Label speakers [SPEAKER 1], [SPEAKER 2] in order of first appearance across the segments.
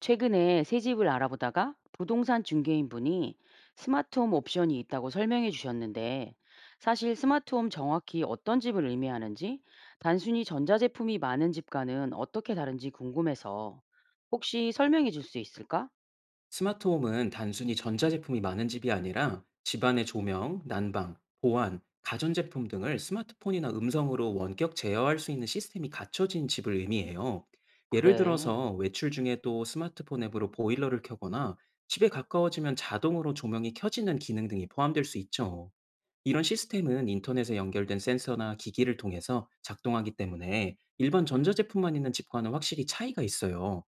[SPEAKER 1] 최근에 새 집을 알아보다가 부동산 중개인분이 스마트홈 옵션이 있다고 설명해 주셨는데, 사실 스마트홈 정확히 어떤 집을 의미하는지, 단순히 전자제품이 많은 집과는 어떻게 다른지 궁금해서 혹시 설명해 줄 수 있을까?
[SPEAKER 2] 스마트홈은 단순히 전자제품이 많은 집이 아니라 집안의 조명, 난방, 보안, 가전제품 등을 스마트폰이나 음성으로 원격 제어할 수 있는 시스템이 갖춰진 집을 의미해요. 예를
[SPEAKER 1] 그래.
[SPEAKER 2] 들어서 외출 중에 도 스마트폰 앱으로 보일러를 켜거나 집에 가까워지면 자동으로 조명이 켜지는 기능 등이 포함될 수 있죠. 이런 시스템은 인터넷에 연결된 센서나 기기를 통해서 작동하기 때문에 일반 전자제품만 있는 집과는 확실히 차이가 있어요.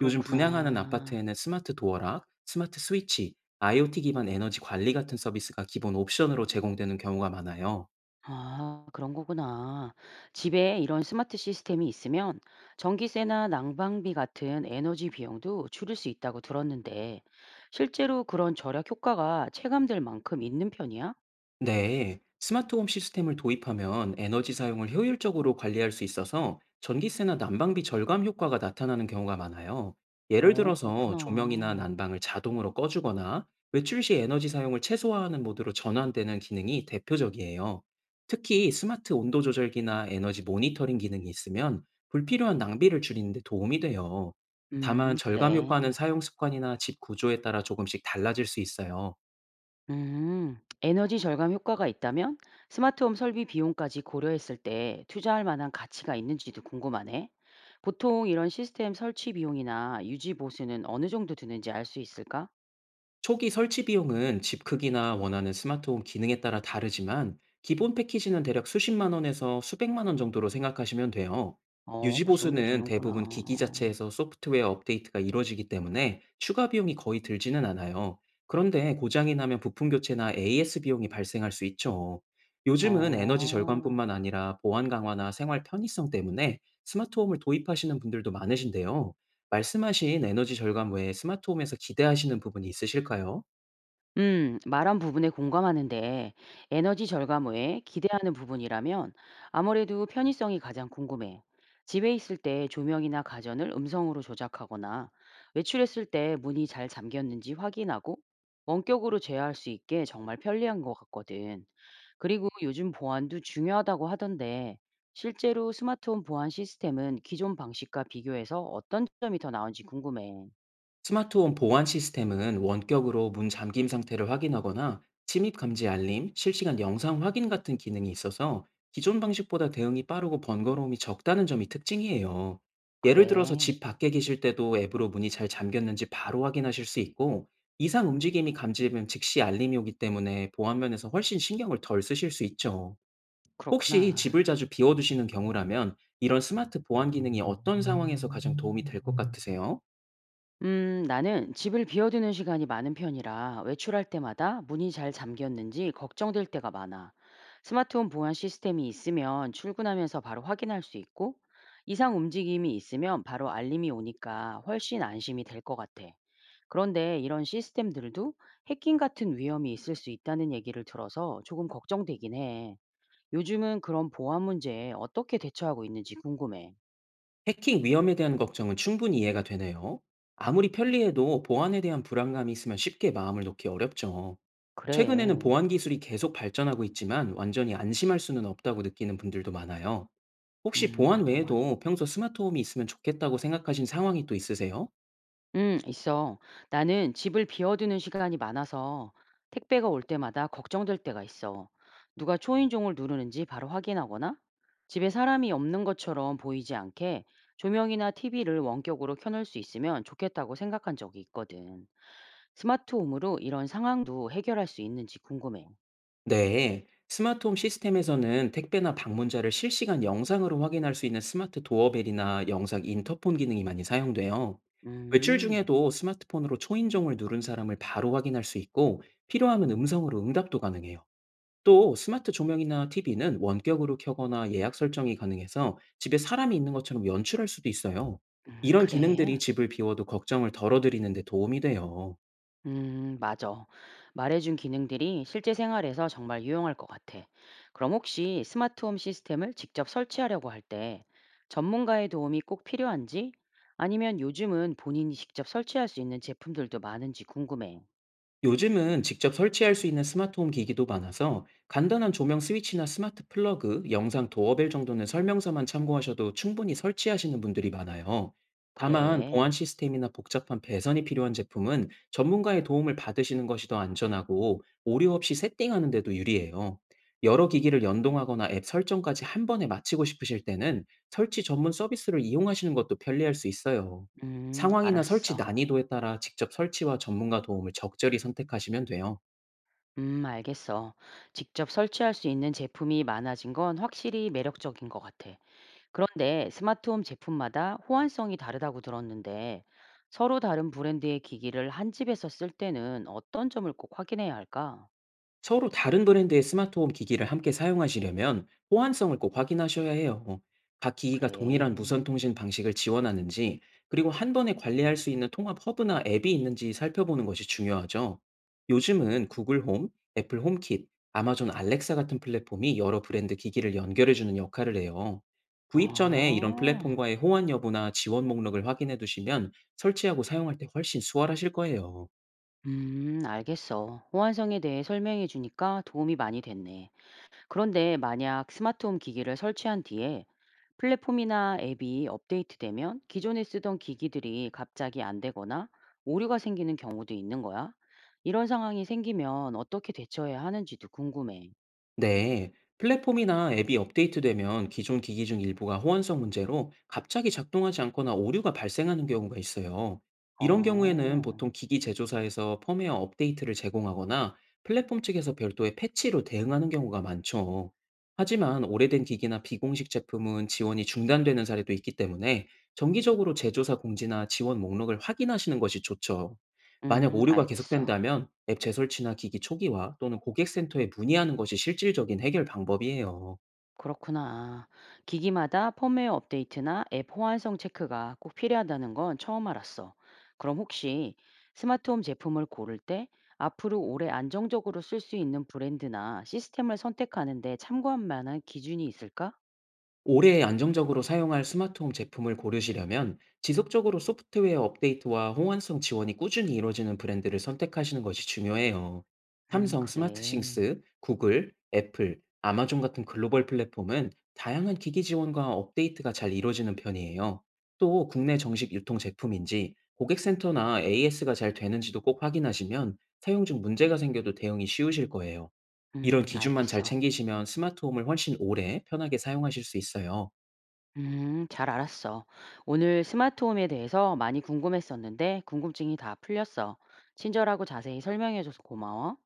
[SPEAKER 2] 요즘 분양하는 아파트에는 스마트 도어락, 스마트 스위치, IoT 기반 에너지 관리 같은 서비스가 기본 옵션으로 제공되는 경우가 많아요.
[SPEAKER 1] 아, 그런 거구나. 집에 이런 스마트 시스템이 있으면 전기세나 난방비 같은 에너지 비용도 줄일 수 있다고 들었는데, 실제로 그런 절약 효과가 체감될 만큼 있는 편이야?
[SPEAKER 2] 네, 스마트홈 시스템을 도입하면 에너지 사용을 효율적으로 관리할 수 있어서 전기세나 난방비 절감 효과가 나타나는 경우가 많아요. 예를
[SPEAKER 1] 어,
[SPEAKER 2] 들어서 조명이나
[SPEAKER 1] 그렇구나.
[SPEAKER 2] 난방을 자동으로 꺼주거나 외출 시 에너지 사용을 최소화하는 모드로 전환되는 기능이 대표적이에요. 특히 스마트 온도 조절기나 에너지 모니터링 기능이 있으면 불필요한 낭비를 줄이는 데 도움이 돼요. 다만 절감
[SPEAKER 1] 그래.
[SPEAKER 2] 효과는 사용 습관이나 집 구조에 따라 조금씩 달라질 수 있어요.
[SPEAKER 1] 에너지 절감 효과가 있다면 스마트홈 설비 비용까지 고려했을 때 투자할 만한 가치가 있는지도 궁금하네. 보통 이런 시스템 설치 비용이나 유지 보수는 어느 정도 드는지 알 수 있을까?
[SPEAKER 2] 초기 설치 비용은 집 크기나 원하는 스마트홈 기능에 따라 다르지만 기본 패키지는 대략 수십만 원에서 수백만 원 정도로 생각하시면 돼요.
[SPEAKER 1] 어,
[SPEAKER 2] 유지
[SPEAKER 1] 그 정도
[SPEAKER 2] 보수는 대부분
[SPEAKER 1] 드는구나.
[SPEAKER 2] 기기 자체에서 소프트웨어 업데이트가 이루어지기 때문에 추가 비용이 거의 들지는 않아요. 그런데 고장이 나면 부품 교체나 AS 비용이 발생할 수 있죠. 요즘은 에너지
[SPEAKER 1] 어어.
[SPEAKER 2] 절감뿐만 아니라 보안 강화나 생활 편의성 때문에 스마트홈을 도입하시는 분들도 많으신데요. 말씀하신 에너지 절감 외에 스마트홈에서 기대하시는 부분이 있으실까요?
[SPEAKER 1] 말한 부분에 공감하는데 에너지 절감후에 기대하는 부분이라면 아무래도 편의성이 가장 궁금해. 집에 있을 때 조명이나 가전을 음성으로 조작하거나 외출했을 때 문이 잘 잠겼는지 확인하고 원격으로 제어할 수 있게 정말 편리한 것 같거든. 그리고 요즘 보안도 중요하다고 하던데 실제로 스마트홈 보안 시스템은 기존 방식과 비교해서 어떤 점이 더 나은지 궁금해.
[SPEAKER 2] 스마트홈 보안 시스템은 원격으로 문 잠김 상태를 확인하거나 침입 감지 알림, 실시간 영상 확인 같은 기능이 있어서 기존 방식보다 대응이 빠르고 번거로움이 적다는 점이 특징이에요. 예를 들어서
[SPEAKER 1] 그래.
[SPEAKER 2] 집 밖에 계실 때도 앱으로 문이 잘 잠겼는지 바로 확인하실 수 있고, 이상 움직임이 감지되면 즉시 알림이 오기 때문에 보안 면에서 훨씬 신경을 덜 쓰실 수 있죠. 혹시 집을
[SPEAKER 1] 그렇구나.
[SPEAKER 2] 자주 비워두시는 경우라면 이런 스마트 보안 기능이 어떤 상황에서 가장 도움이 될 것 같으세요?
[SPEAKER 1] 나는 집을 비워두는 시간이 많은 편이라 외출할 때마다 문이 잘 잠겼는지 걱정될 때가 많아. 스마트홈 보안 시스템이 있으면 출근하면서 바로 확인할 수 있고, 이상 움직임이 있으면 바로 알림이 오니까 훨씬 안심이 될 것 같아. 그런데 이런 시스템들도 해킹 같은 위험이 있을 수 있다는 얘기를 들어서 조금 걱정되긴 해. 요즘은 그런 보안 문제에 어떻게 대처하고 있는지 궁금해.
[SPEAKER 2] 해킹 위험에 대한 걱정은 충분히 이해가 되네요. 아무리 편리해도 보안에 대한 불안감이 있으면 쉽게 마음을 놓기 어렵죠. 최근에는
[SPEAKER 1] 그래.
[SPEAKER 2] 보안 기술이 계속 발전하고 있지만 완전히 안심할 수는 없다고 느끼는 분들도 많아요. 혹시 보안
[SPEAKER 1] 맞아, 맞아.
[SPEAKER 2] 외에도 평소 스마트홈이 있으면 좋겠다고 생각하신 상황이 또 있으세요?
[SPEAKER 1] 있어. 나는 집을 비워두는 시간이 많아서 택배가 올 때마다 걱정될 때가 있어. 누가 초인종을 누르는지 바로 확인하거나 집에 사람이 없는 것처럼 보이지 않게 조명이나 TV를 원격으로 켜놓을 수 있으면 좋겠다고 생각한 적이 있거든. 스마트 홈으로 이런 상황도 해결할 수 있는지 궁금해.
[SPEAKER 2] 네, 스마트홈 시스템에서는 택배나 방문자를 실시간 영상으로 확인할 수 있는 스마트 도어벨이나 영상 인터폰 기능이 많이 사용돼요. 외출
[SPEAKER 1] 음.
[SPEAKER 2] 중에도 스마트폰으로 초인종을 누른 사람을 바로 확인할 수 있고, 필요하면 음성으로 응답도 가능해요. 또 스마트 조명이나 TV는 원격으로 켜거나 예약 설정이 가능해서 집에 사람이 있는 것처럼 연출할 수도 있어요. 이런
[SPEAKER 1] 그래.
[SPEAKER 2] 기능들이 집을 비워도 걱정을 덜어드리는 데 도움이 돼요.
[SPEAKER 1] 맞아. 말해준 기능들이 실제 생활에서 정말 유용할 것 같아. 그럼 혹시 스마트홈 시스템을 직접 설치하려고 할 때 전문가의 도움이 꼭 필요한지, 아니면 요즘은 본인이 직접 설치할 수 있는 제품들도 많은지 궁금해.
[SPEAKER 2] 요즘은 직접 설치할 수 있는 스마트홈 기기도 많아서 간단한 조명 스위치나 스마트 플러그, 영상 도어벨 정도는 설명서만 참고하셔도 충분히 설치하시는 분들이 많아요. 다만 보안
[SPEAKER 1] 그래.
[SPEAKER 2] 시스템이나 복잡한 배선이 필요한 제품은 전문가의 도움을 받으시는 것이 더 안전하고 오류 없이 세팅하는 데도 유리해요. 여러 기기를 연동하거나 앱 설정까지 한 번에 마치고 싶으실 때는 설치 전문 서비스를 이용하시는 것도 편리할 수 있어요. 상황이나 설치
[SPEAKER 1] 알았어.
[SPEAKER 2] 난이도에 따라 직접 설치와 전문가 도움을 적절히 선택하시면 돼요.
[SPEAKER 1] 알겠어. 직접 설치할 수 있는 제품이 많아진 건 확실히 매력적인 것 같아. 그런데 스마트홈 제품마다 호환성이 다르다고 들었는데 서로 다른 브랜드의 기기를 한 집에서 쓸 때는 어떤 점을 꼭 확인해야 할까?
[SPEAKER 2] 서로 다른 브랜드의 스마트홈 기기를 함께 사용하시려면 호환성을 꼭 확인하셔야 해요. 각 기기가 동일한
[SPEAKER 1] 그래.
[SPEAKER 2] 무선 통신 방식을 지원하는지, 그리고 한 번에 관리할 수 있는 통합 허브나 앱이 있는지 살펴보는 것이 중요하죠. 요즘은 구글 홈, 애플 홈킷, 아마존 알렉사 같은 플랫폼이 여러 브랜드 기기를 연결해주는 역할을 해요. 구입 전에 이런
[SPEAKER 1] 아.
[SPEAKER 2] 플랫폼과의 호환 여부나 지원 목록을 확인해 두시면 설치하고 사용할 때 훨씬 수월하실 거예요.
[SPEAKER 1] 알겠어. 호환성에 대해 설명해 주니까 도움이 많이 됐네. 그런데 만약 스마트홈 기기를 설치한 뒤에 플랫폼이나 앱이 업데이트되면 기존에 쓰던 기기들이 갑자기 안 되거나 오류가 생기는 경우도 있는 거야. 이런 상황이 생기면 어떻게 대처해야 하는지도 궁금해.
[SPEAKER 2] 네, 플랫폼이나 앱이 업데이트되면 기존 기기 중 일부가 호환성 문제로 갑자기 작동하지 않거나 오류가 발생하는 경우가 있어요. 이런 경우에는
[SPEAKER 1] 어.
[SPEAKER 2] 보통 기기 제조사에서 펌웨어 업데이트를 제공하거나 플랫폼 측에서 별도의 패치로 대응하는 경우가 많죠. 하지만 오래된 기기나 비공식 제품은 지원이 중단되는 사례도 있기 때문에 정기적으로 제조사 공지나 지원 목록을 확인하시는 것이 좋죠. 만약 오류가
[SPEAKER 1] 알겠어.
[SPEAKER 2] 계속된다면 앱 재설치나 기기 초기화 또는 고객센터에 문의하는 것이 실질적인 해결 방법이에요.
[SPEAKER 1] 그렇구나. 기기마다 펌웨어 업데이트나 앱 호환성 체크가 꼭 필요하다는 건 처음 알았어. 그럼 혹시 스마트홈 제품을 고를 때 앞으로 오래 안정적으로 쓸 수 있는 브랜드나 시스템을 선택하는데 참고할 만한 기준이 있을까?
[SPEAKER 2] 오래 안정적으로 사용할 스마트홈 제품을 고르시려면 지속적으로 소프트웨어 업데이트와 호환성 지원이 꾸준히 이루어지는 브랜드를 선택하시는 것이 중요해요.
[SPEAKER 1] 음,
[SPEAKER 2] 삼성
[SPEAKER 1] 그래.
[SPEAKER 2] 스마트싱스, 구글, 애플, 아마존 같은 글로벌 플랫폼은 다양한 기기 지원과 업데이트가 잘 이루어지는 편이에요. 또 국내 정식 유통 제품인지 고객센터나 AS가 잘 되는지도 꼭 확인하시면 사용 중 문제가 생겨도 대응이 쉬우실 거예요. 이런
[SPEAKER 1] 음,
[SPEAKER 2] 기준만 잘
[SPEAKER 1] 알겠어.
[SPEAKER 2] 챙기시면 스마트홈을 훨씬 오래 편하게 사용하실 수 있어요.
[SPEAKER 1] 음, 잘 알았어. 오늘 스마트홈에 대해서 많이 궁금했었는데 궁금증이 다 풀렸어. 친절하고 자세히 설명해 줘서 고마워.